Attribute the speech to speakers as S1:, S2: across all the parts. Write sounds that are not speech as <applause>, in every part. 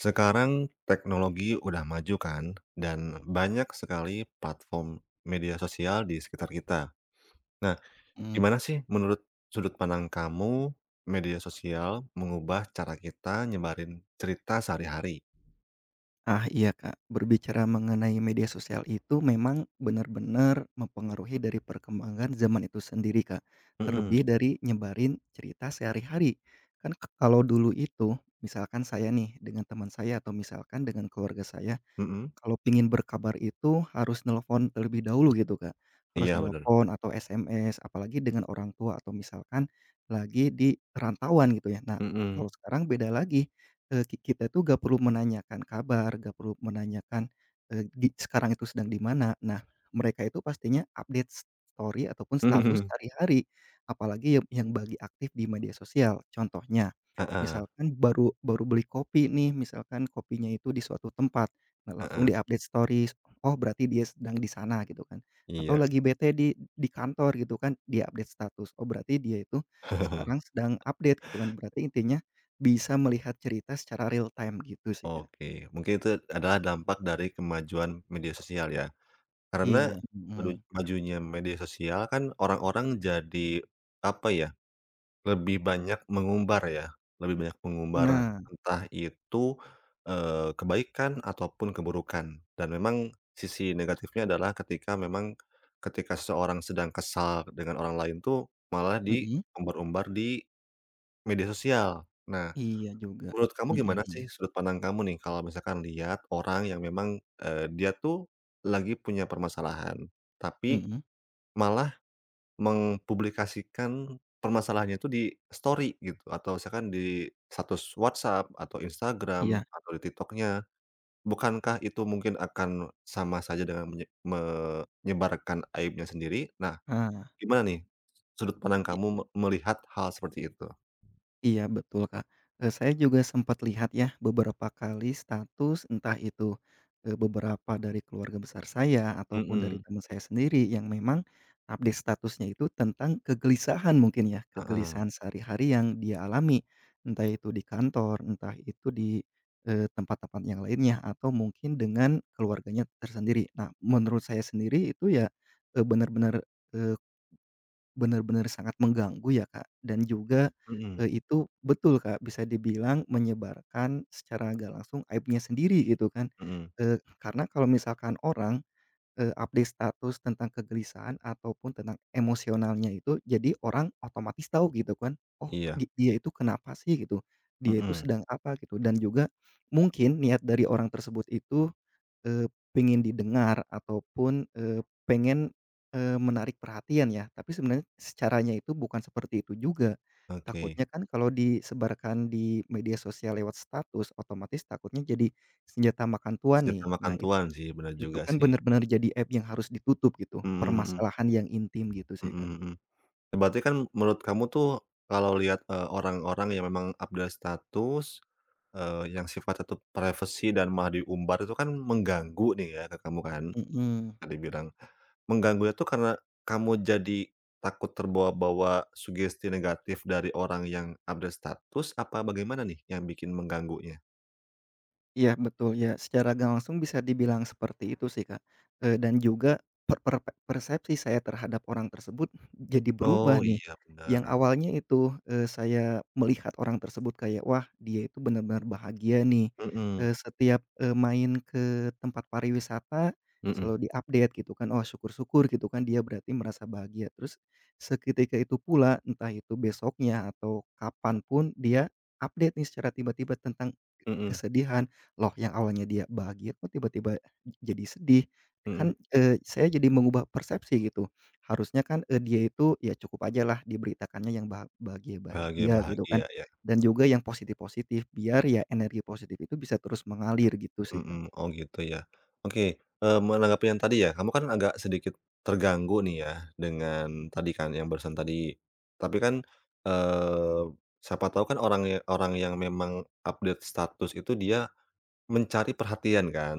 S1: Sekarang teknologi udah maju kan, dan banyak sekali platform media sosial di sekitar kita. Nah,
S2: Mmm,
S1: gimana sih menurut sudut pandang kamu media sosial mengubah cara kita nyebarin cerita sehari-hari?
S2: iya, Kak, berbicara mengenai media sosial itu memang benar-benar mempengaruhi dari perkembangan zaman itu sendiri, Kak,
S1: Mhm.
S2: terlebih dari nyebarin cerita sehari-hari. Kan k kalau dulu itu, misalkan saya nih dengan teman saya atau misalkan dengan keluarga saya,
S1: Mhm,
S2: kalau pingin berkabar itu harus nelepon terlebih dahulu gitu, Kak. Harus
S1: iya bener.
S2: nelepon atau SMS, apalagi dengan orang tua atau misalkan lagi di perantauan gitu ya. Nah, kalau
S1: Mhm.
S2: sekarang beda lagi. Eee, ki Kita tuh nggak perlu menanyakan kabar, nggak perlu menanyakan, di sekarang itu sedang di mana. Nah, mereka itu pastinya update story ataupun status
S1: <laughs>
S2: hari-hari, apalagi yang bagi aktif di media sosial. Contohnya,
S1: Heeh,
S2: misalkan baru baru beli kopi nih, misalkan kopinya itu di suatu tempat. Nah, langsung
S1: heeh,
S2: di-update stories, oh berarti dia sedang di sana gitu kan. Atau
S1: iya.
S2: lagi bete di kantor gitu kan, dia update status, oh berarti dia itu sekarang
S1: <laughs>
S2: sedang update gitu kan. Berarti intinya bisa melihat cerita secara real time gitu sih, Kak.
S1: Oke, mungkin itu adalah dampak dari kemajuan media sosial ya. Karena
S2: Iya,
S1: madu
S2: mhm.
S1: majunya media sosial kan orang-orang jadi, apa ya, lebih banyak mengumbar ya, lebih banyak mengumbar
S2: Nah.
S1: entah itu, kebaikan ataupun keburukan dan memang sisi negatifnya adalah ketika memang ketika seseorang sedang kesal dengan orang lain tuh malah
S2: Mhm,
S1: diumbar-umbar di media sosial. Nah,
S2: iya juga.
S1: menurut kamu
S2: Mhm,
S1: gimana
S2: mhm,
S1: sih sudut pandang kamu nih kalau misalkan lihat orang yang memang, dia tuh lagi punya permasalahan, tapi
S2: mhm,
S1: malah mempublikasikan permasalahannya itu di story gitu, atau misalkan di status WhatsApp, atau Instagram,
S2: iya,
S1: atau di TikTok-nya. Bukankah itu mungkin akan sama saja dengan menyebarkan aibnya sendiri? Nah,
S2: heeh.
S1: gimana nih sudut pandang kamu melihat hal seperti itu?
S2: Iya betul, Kak. Saya juga sempat lihat ya beberapa kali status, entah itu, beberapa dari keluarga besar saya ataupun dari
S1: Mhm,
S2: teman saya sendiri yang memang update statusnya itu tentang kegelisahan mungkin ya,
S1: heeh,
S2: kegelisahan sehari-hari yang dia alami. Entah itu di kantor, entah itu di, tempat-tempat yang lainnya, atau mungkin dengan keluarganya tersendiri. Nah, menurut saya sendiri itu ya, eee, benar-benar, eh, Benar-benar sangat mengganggu ya, Kak, dan juga,
S1: mhm
S2: itu betul, Kak, bisa dibilang menyebarkan secara nggak langsung aibnya sendiri gitu kan.
S1: mhm,
S2: Karena kalau misalkan orang, update status tentang kegelisahan ataupun tentang emosionalnya itu, jadi orang otomatis tahu gitu kan, "Oh
S1: iya,
S2: dia itu kenapa sih?" gitu, "Dia itu
S1: mhm,
S2: sedang apa?" gitu. Dan juga mungkin niat dari orang tersebut itu Eee, pengen didengar ataupun, menarik perhatian ya, tapi sebenarnya caranya itu bukan seperti itu juga.
S1: oke.
S2: Takutnya kan kalau disebarkan di media sosial lewat status, otomatis takutnya jadi senjata makan tuan
S1: Senjata
S2: nih.
S1: makan
S2: Nah, itu
S1: tuan sih, benar
S2: itu
S1: juga
S2: kan
S1: sih.
S2: benar-benar jadi app yang harus ditutup gitu,
S1: Mhm mhm,
S2: permasalahan yang intim gitu sih,
S1: mhm
S2: Kak.
S1: mhm. Berarti kan menurut kamu tuh kalau lihat, orang-orang yang memang update status, yang sifatnya tuh privacy dan malah diumbar itu kan mengganggu nih ya ke kamu kan,
S2: Mhm.
S1: tadi bilang. Mengganggunya tuh karena kamu jadi takut terbawa-bawa sugesti negatif dari orang yang update status apa bagaimana nih yang bikin mengganggunya?
S2: Iya betul, ya secara nggak langsung bisa dibilang seperti itu sih, Kak. Dan juga per per persepsi saya terhadap orang tersebut jadi berubah
S1: Oh
S2: nih.
S1: iya
S2: Yang
S1: bener,
S2: awalnya itu, saya melihat orang tersebut kayak, "Wah, dia itu benar-benar bahagia nih,"
S1: mhm,
S2: setiap, main ke tempat pariwisata
S1: mhm,
S2: selalu di-update gitu kan, "Oh, syukur-syukur," gitu kan, dia berarti merasa bahagia. Terus seketika itu pula, entah itu besoknya atau kapan pun, dia update nih secara tiba-tiba tentang
S1: mhm,
S2: kesedihan. Loh, yang awalnya dia bahagia kok tiba-tiba jadi sedih?
S1: mhm,
S2: Kan, saya jadi mengubah persepsi gitu. Harusnya kan, dia itu ya cukup aja lah diberitakannya yang
S1: bahagia
S2: bahagia-bahagia gitu kan,
S1: bahagia ya.
S2: dan juga yang positif-positif biar ya energi positif itu bisa terus mengalir gitu sih, Kak.
S1: Mhm, oh gitu ya. Oke, menanggapi yang tadi ya, kamu kan agak sedikit terganggu nih ya dengan tadi kan, yang barusan tadi. Tapi kan, eee, siapa tahu kan orang ya orang yang memang update status itu dia mencari perhatian kan.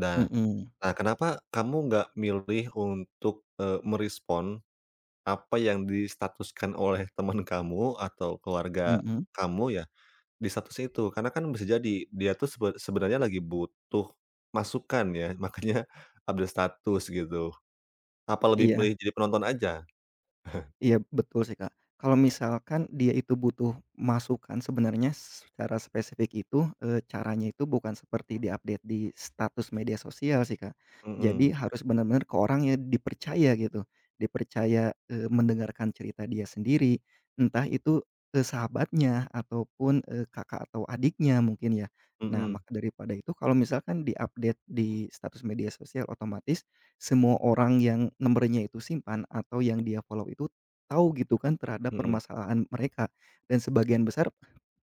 S1: Nah
S2: Mhm,
S1: nah kenapa kamu nggak milih untuk, merespon apa yang distatuskan oleh teman kamu atau keluarga
S2: mhm,
S1: kamu ya di status itu, karena kan bisa jadi dia tuh sebenarnya lagi butuh masukan ya, <laughs> makanya update status gitu. Apa lebih
S2: iya.
S1: milih jadi penonton aja? <laughs>
S2: Iya, betul sih, Kak. Kalau misalkan dia itu butuh masukan sebenarnya secara spesifik itu, caranya itu bukan seperti diupdate di status media sosial sih, Kak.
S1: Mhm,
S2: Jadi harus benar-benar ke orang yang dipercaya gitu, dipercaya, mendengarkan cerita dia sendiri, entah itu, sahabatnya ataupun, kakak atau adiknya mungkin ya. Nah,
S1: mhm,
S2: maka daripada itu, kalau misalkan diupdate di status media sosial, otomatis semua orang yang nomornya itu simpan atau yang dia follow itu tahu gitu kan terhadap
S1: mhm,
S2: permasalahan mereka, dan sebagian besar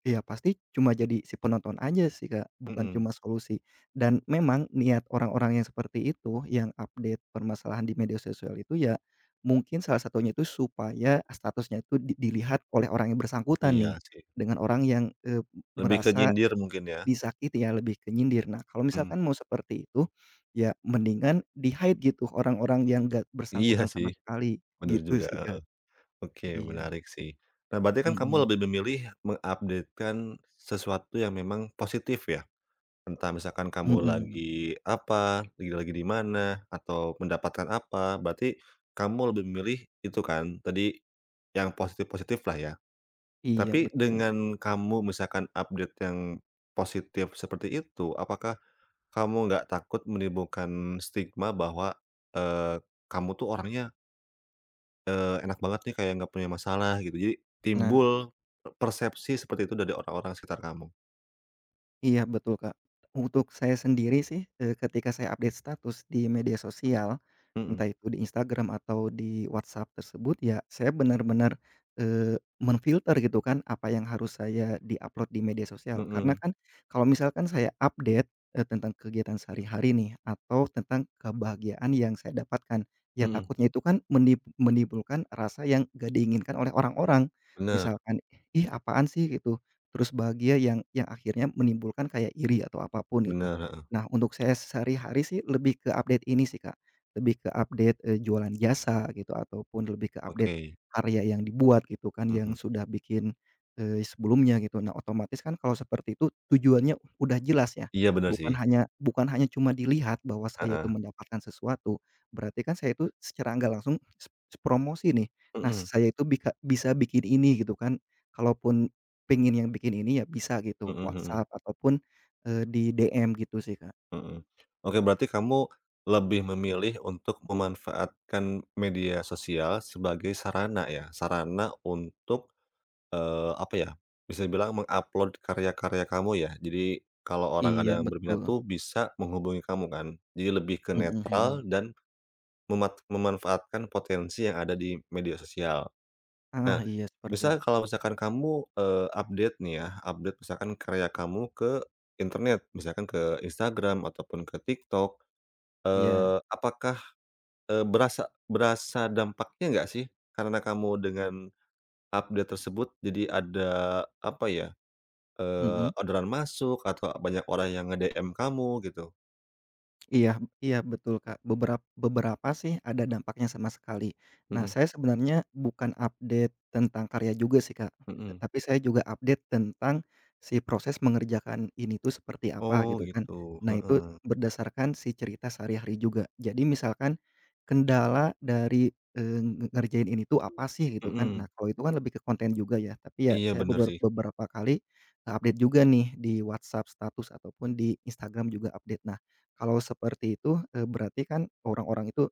S2: ya pasti cuma jadi si penonton aja sih, Kak, bukan
S1: mhm.
S2: cuma solusi. Dan memang niat orang-orang yang seperti itu, yang update permasalahan di media sosial itu ya mungkin salah satunya itu supaya statusnya itu dilihat oleh orang yang bersangkutan nih,
S1: Iya sih,
S2: dengan orang yang,
S1: lebih ke
S2: merasa
S1: nyindir mungkin ya?
S2: disakiti ya, lebih ke nyindir. Nah, kalau
S1: Mhm.
S2: misalkan mau seperti itu, ya mendingan di-hide gitu orang-orang yang nggak
S1: Iya
S2: bersangkutan
S1: sih,
S2: sama sekali,
S1: bener
S2: gitu
S1: juga,
S2: sih, Kak.
S1: heeh. Oke,
S2: Iya.
S1: menarik sih. Nah, berarti kan kamu
S2: Mhm,
S1: lebih memilih mengupdatekan sesuatu yang memang positif ya? Entah misalkan kamu
S2: mhm.
S1: lagi apa, lagi di mana, atau mendapatkan apa, berarti kamu lebih memilih itu kan, tadi yang positif-positif lah ya.
S2: Iya
S1: Tapi
S2: betul.
S1: dengan kamu misalkan update yang positif seperti itu, apakah kamu nggak takut menimbulkan stigma bahwa, eee, kamu tuh orangnya, enak banget nih kayak nggak punya masalah gitu, jadi
S2: Nah.
S1: timbul persepsi seperti itu dari orang-orang sekitar kamu?
S2: Iya betul, Kak. Untuk saya sendiri sih, ketika saya update status di media sosial,
S1: Mhm,
S2: entah itu di Instagram atau di WhatsApp tersebut, ya saya benar-benar, eee, men gitu kan, apa yang harus saya di-upload di media sosial. Karena
S1: mhm,
S2: kan kalau misalkan saya update, tentang kegiatan sehari-hari nih atau tentang kebahagiaan yang saya dapatkan, ya
S1: mhm,
S2: takutnya itu kan menimbulkan rasa yang nggak diinginkan oleh orang-orang.
S1: bener
S2: Misalkan, "Ih, apaan sih?" gitu. Terus bahagia yang akhirnya menimbulkan kayak iri atau apapun itu.
S1: bener, heeh,
S2: Nah, untuk saya sehari-hari sih lebih ke update ini sih, Kak, lebih ke update, jualan jasa gitu, ataupun lebih ke update
S1: oke.
S2: karya yang dibuat gitu kan yang
S1: Mhm.
S2: sudah bikin, sebelumnya gitu. Nah, otomatis kan kalau seperti itu tujuannya udah jelas ya,
S1: Iya bener sih,
S2: bukan hanya cuma dilihat bahwa saya itu
S1: heeh,
S2: mendapatkan sesuatu, berarti kan saya itu secara nggak langsung promosi nih. Nah,
S1: mhm
S2: saya itu bisa bikin ini gitu kan, kalaupun pengen yang bikin ini ya bisa gitu,
S1: mhm mhm
S2: WhatsApp ataupun, di DM gitu sih, Kak.
S1: mhm. Oke, berarti kamu lebih memilih untuk memanfaatkan media sosial sebagai sarana ya, sarana untuk, apa ya, bisa dibilang meng-upload karya-karya kamu ya? Jadi kalau orang
S2: Iya
S1: ada yang berminat
S2: betul,
S1: tuh bisa menghubungi kamu kan? Jadi lebih ke
S2: mhm, mhm.
S1: netral dan memanfaatkan potensi yang ada di media sosial. Nah,
S2: Iya seperti
S1: misal
S2: itu,
S1: kalau misalkan kamu, update nih ya, update misalkan karya kamu ke internet, misalkan ke Instagram ataupun ke TikTok,
S2: iya,
S1: apakah, berasa berasa dampaknya nggak sih? Karena kamu dengan update tersebut jadi ada, apa ya,
S2: mhm.
S1: orderan masuk atau banyak orang yang nge-DM kamu gitu?
S2: Iya, iya betul, Kak, beberapa sih ada dampaknya sama sekali. Nah,
S1: Mhm
S2: saya sebenarnya bukan update tentang karya juga sih, Kak,
S1: mhm.
S2: tapi saya juga update tentang si proses mengerjakan ini tuh seperti apa
S1: Oh
S2: gitu kan.
S1: gitu,
S2: Nah, itu
S1: heeh,
S2: berdasarkan si cerita sehari-hari juga. Jadi misalkan kendala dari, eee, nge ngerjain ini tuh apa sih gitu kan.
S1: mhm.
S2: Nah, kalau itu kan lebih ke konten juga ya, tapi ya
S1: Iya
S2: saya
S1: benar sih,
S2: beberapa kali update juga nih di WhatsApp status ataupun di Instagram juga update. Nah, kalau seperti itu, berarti kan orang-orang itu,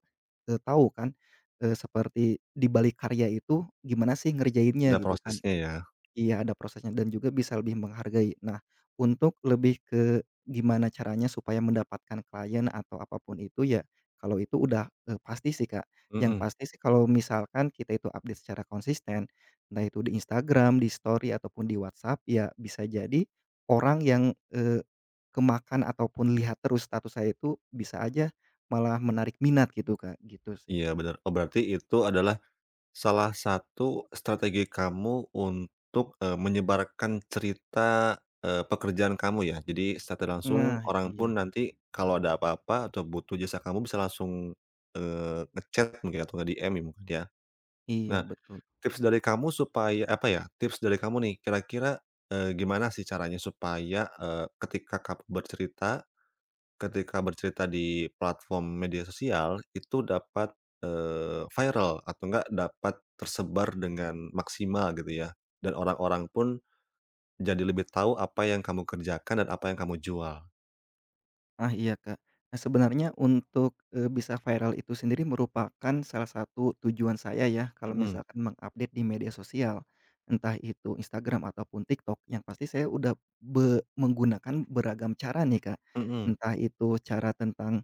S2: tahu kan, seperti di balik karya itu gimana sih ngerjainnya
S1: ada
S2: gitu kan.
S1: prosesnya ya.
S2: Iya, ada prosesnya dan juga bisa lebih menghargai. Nah, untuk lebih ke gimana caranya supaya mendapatkan klien atau apapun itu ya, kalau itu udah, pasti sih, Kak. Yang
S1: Mhm,
S2: pasti sih kalau misalkan kita itu update secara konsisten, nah itu di Instagram, di story, ataupun di WhatsApp, ya bisa jadi orang yang, kemakan ataupun lihat terus status saya itu bisa aja malah menarik minat gitu, Kak, gitu sih.
S1: iya benar. Oh berarti itu adalah salah satu strategi kamu untuk, menyebarkan cerita, pekerjaan kamu ya? Jadi secara langsung
S2: Nah,
S1: orang pun
S2: iya.
S1: nanti kalau ada apa-apa atau butuh jasa kamu bisa langsung, nge mungkin atau nge-DM ya mungkin ya. Nah,
S2: Iya, betul.
S1: tips dari kamu supaya apa ya, tips dari kamu nih kira-kira, gimana sih caranya supaya, ketika kamu bercerita ketika bercerita di platform media sosial, itu dapat, viral atau enggak dapat tersebar dengan maksimal gitu ya, dan orang-orang pun jadi lebih tahu apa yang kamu kerjakan dan apa yang kamu jual.
S2: Iya, Kak. Nah, sebenarnya untuk, bisa viral itu sendiri merupakan salah satu tujuan saya ya, kalau
S1: Mhm
S2: misalkan mengupdate di media sosial, entah itu Instagram ataupun TikTok, yang pasti saya udah menggunakan beragam cara nih, Kak.
S1: mhm
S2: Entah itu cara tentang,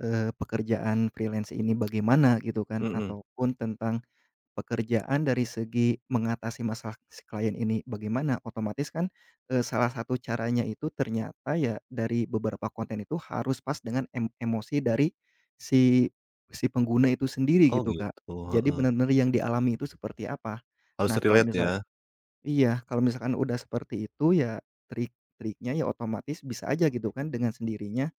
S2: pekerjaan freelance ini bagaimana gitu kan,
S1: mhm.
S2: ataupun tentang pekerjaan dari segi mengatasi masalah si klien ini bagaimana, otomatis kan, salah satu caranya itu ternyata ya dari beberapa konten itu harus pas dengan emosi dari si si pengguna itu sendiri
S1: Oh
S2: gitu, Kak.
S1: gitu,
S2: Jadi
S1: heeh.
S2: benar-benar yang dialami itu seperti apa.
S1: Harus
S2: Nah, kalau
S1: relate ya.
S2: iya, kalau misalkan udah seperti itu, ya trik-triknya ya otomatis bisa aja gitu kan dengan sendirinya,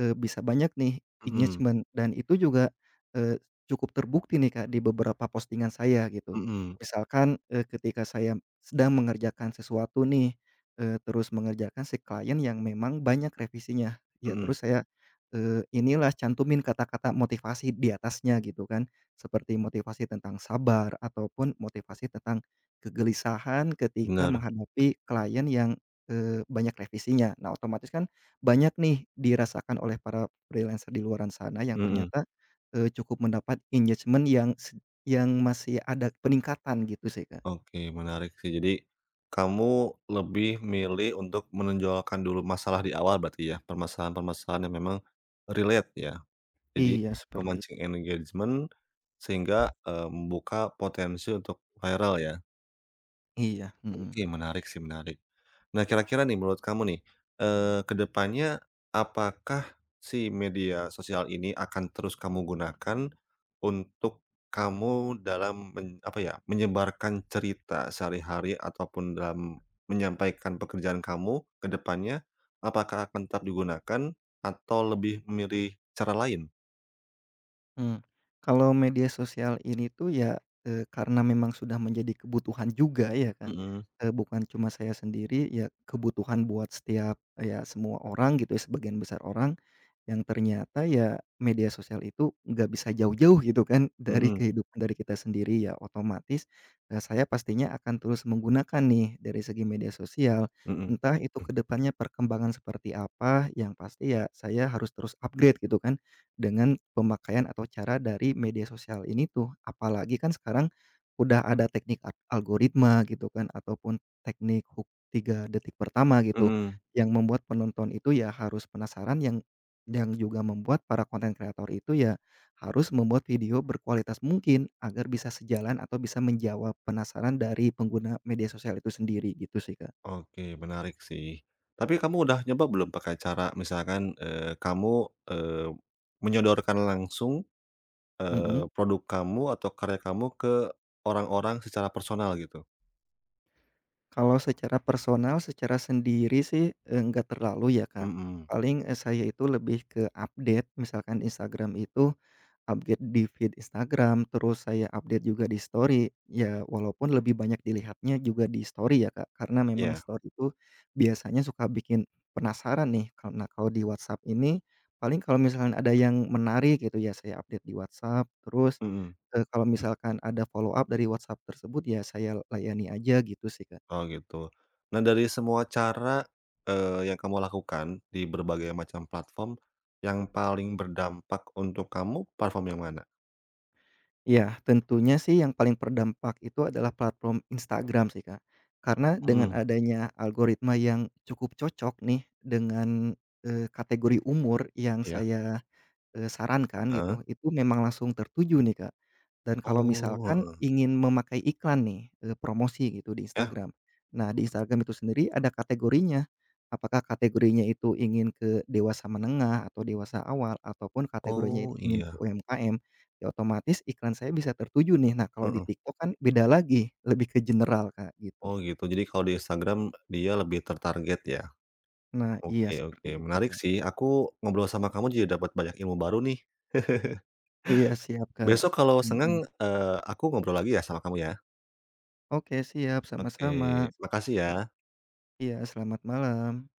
S2: bisa banyak nih
S1: Mhm
S2: engagement, dan itu juga, eee, cukup terbukti nih, Kak, di beberapa postingan saya gitu.
S1: mhm
S2: Misalkan, ketika saya sedang mengerjakan sesuatu nih, terus mengerjakan si klien yang memang banyak revisinya, ya
S1: mhm.
S2: terus saya, inilah cantumin kata-kata motivasi di atasnya gitu kan, seperti motivasi tentang sabar ataupun motivasi tentang kegelisahan ketika
S1: Bener,
S2: menghadapi klien yang, banyak revisinya. Nah, otomatis kan banyak nih dirasakan oleh para freelancer di luaran sana yang
S1: mhm.
S2: ternyata, cukup mendapat engagement yang yang masih ada peningkatan gitu sih, Kak.
S1: Oke menarik sih. Jadi, kamu lebih milih untuk menonjolkan dulu masalah di awal berarti ya? Permasalahan-permasalahan yang memang relate ya? Jadi,
S2: Iya,
S1: memancing engagement sehingga, membuka potensi untuk viral ya.
S2: iya, mhm.
S1: Oke, menarik sih, menarik. Nah, kira-kira nih menurut kamu nih, ke depannya apakah si media sosial ini akan terus kamu gunakan untuk kamu dalam men apa ya, menyebarkan cerita sehari-hari ataupun dalam menyampaikan pekerjaan kamu ke depannya, apakah akan tetap digunakan atau lebih memilih cara lain?
S2: mmm. Kalau media sosial ini tuh ya, karena memang sudah menjadi kebutuhan juga ya, Kak,
S1: Mhm,
S2: bukan cuma saya sendiri, ya kebutuhan buat setiap ya semua orang gitu ya, sebagian besar orang. Yang ternyata ya media sosial itu nggak bisa jauh-jauh gitu kan <laughs> dari
S1: mhm,
S2: kehidupan dari kita sendiri, ya otomatis, saya pastinya akan terus menggunakan nih dari segi media sosial,
S1: mhm.
S2: entah itu kedepannya perkembangan seperti apa, yang pasti ya saya harus terus upgrade gitu kan, dengan pemakaian atau cara dari media sosial ini tuh, apalagi kan sekarang udah ada teknik algoritma gitu kan, ataupun teknik hook 3 detik pertama gitu,
S1: Mhm.
S2: yang membuat penonton itu ya harus penasaran, yang juga membuat para konten kreator itu ya harus membuat video berkualitas mungkin agar bisa sejalan atau bisa menjawab penasaran dari pengguna media sosial itu sendiri gitu sih, Kak.
S1: Oke, menarik sih. Tapi kamu udah nyoba belum pakai cara misalkan, kamu, menyodorkan langsung,
S2: Mhm.
S1: produk kamu atau karya kamu ke orang-orang secara personal gitu?
S2: Kalau secara personal, secara sendiri sih, enggak terlalu ya, Kak.
S1: Mhm,
S2: Paling, saya itu lebih ke update misalkan Instagram itu update di feed Instagram, terus saya update juga di story. Ya walaupun lebih banyak dilihatnya juga di story ya, Kak, karena memang
S1: iya,
S2: story itu biasanya suka bikin penasaran nih. Karena kalau di WhatsApp ini paling kalau misalkan ada yang menarik gitu ya saya update di WhatsApp, terus,
S1: mhm.
S2: kalau misalkan ada follow up dari WhatsApp tersebut ya saya layani aja gitu sih, Kak.
S1: Oh gitu. Nah dari semua cara, yang kamu lakukan di berbagai macam platform, yang paling berdampak untuk kamu platform yang mana?
S2: Iya, tentunya sih yang paling berdampak itu adalah platform Instagram sih, Kak. Karena dengan
S1: Mhm,
S2: adanya algoritma yang cukup cocok nih dengan, kategori umur yang
S1: iya,
S2: saya sarankan
S1: heeh.
S2: gitu, itu memang langsung tertuju nih, Kak. Dan kalau
S1: Oh,
S2: misalkan
S1: heeh.
S2: ingin memakai iklan nih, promosi gitu di
S1: Yah?
S2: Instagram. Nah, di Instagram itu sendiri ada kategorinya. Apakah kategorinya itu ingin ke dewasa menengah atau dewasa awal, ataupun kategorinya
S1: Oh,
S2: ingin ke
S1: iya,
S2: UMKM, ya otomatis iklan saya bisa tertuju nih. Nah, kalau di
S1: heeh.
S2: TikTok kan beda lagi, lebih ke general, Kak, gitu.
S1: Oh gitu, jadi kalau di Instagram dia lebih tertarget ya?
S2: Nah, iya
S1: Oke oke,
S2: seperti itu,
S1: menarik
S2: Kak.
S1: sih, aku ngobrol sama kamu jadi dapat banyak ilmu baru nih.
S2: Iya, siap, Kak.
S1: Besok kalau
S2: Mhm.
S1: senggang, aku ngobrol lagi ya sama kamu ya?
S2: Oke, siap,
S1: Oke,
S2: sama-sama.
S1: makasih ya.
S2: Ya, iya, selamat malam.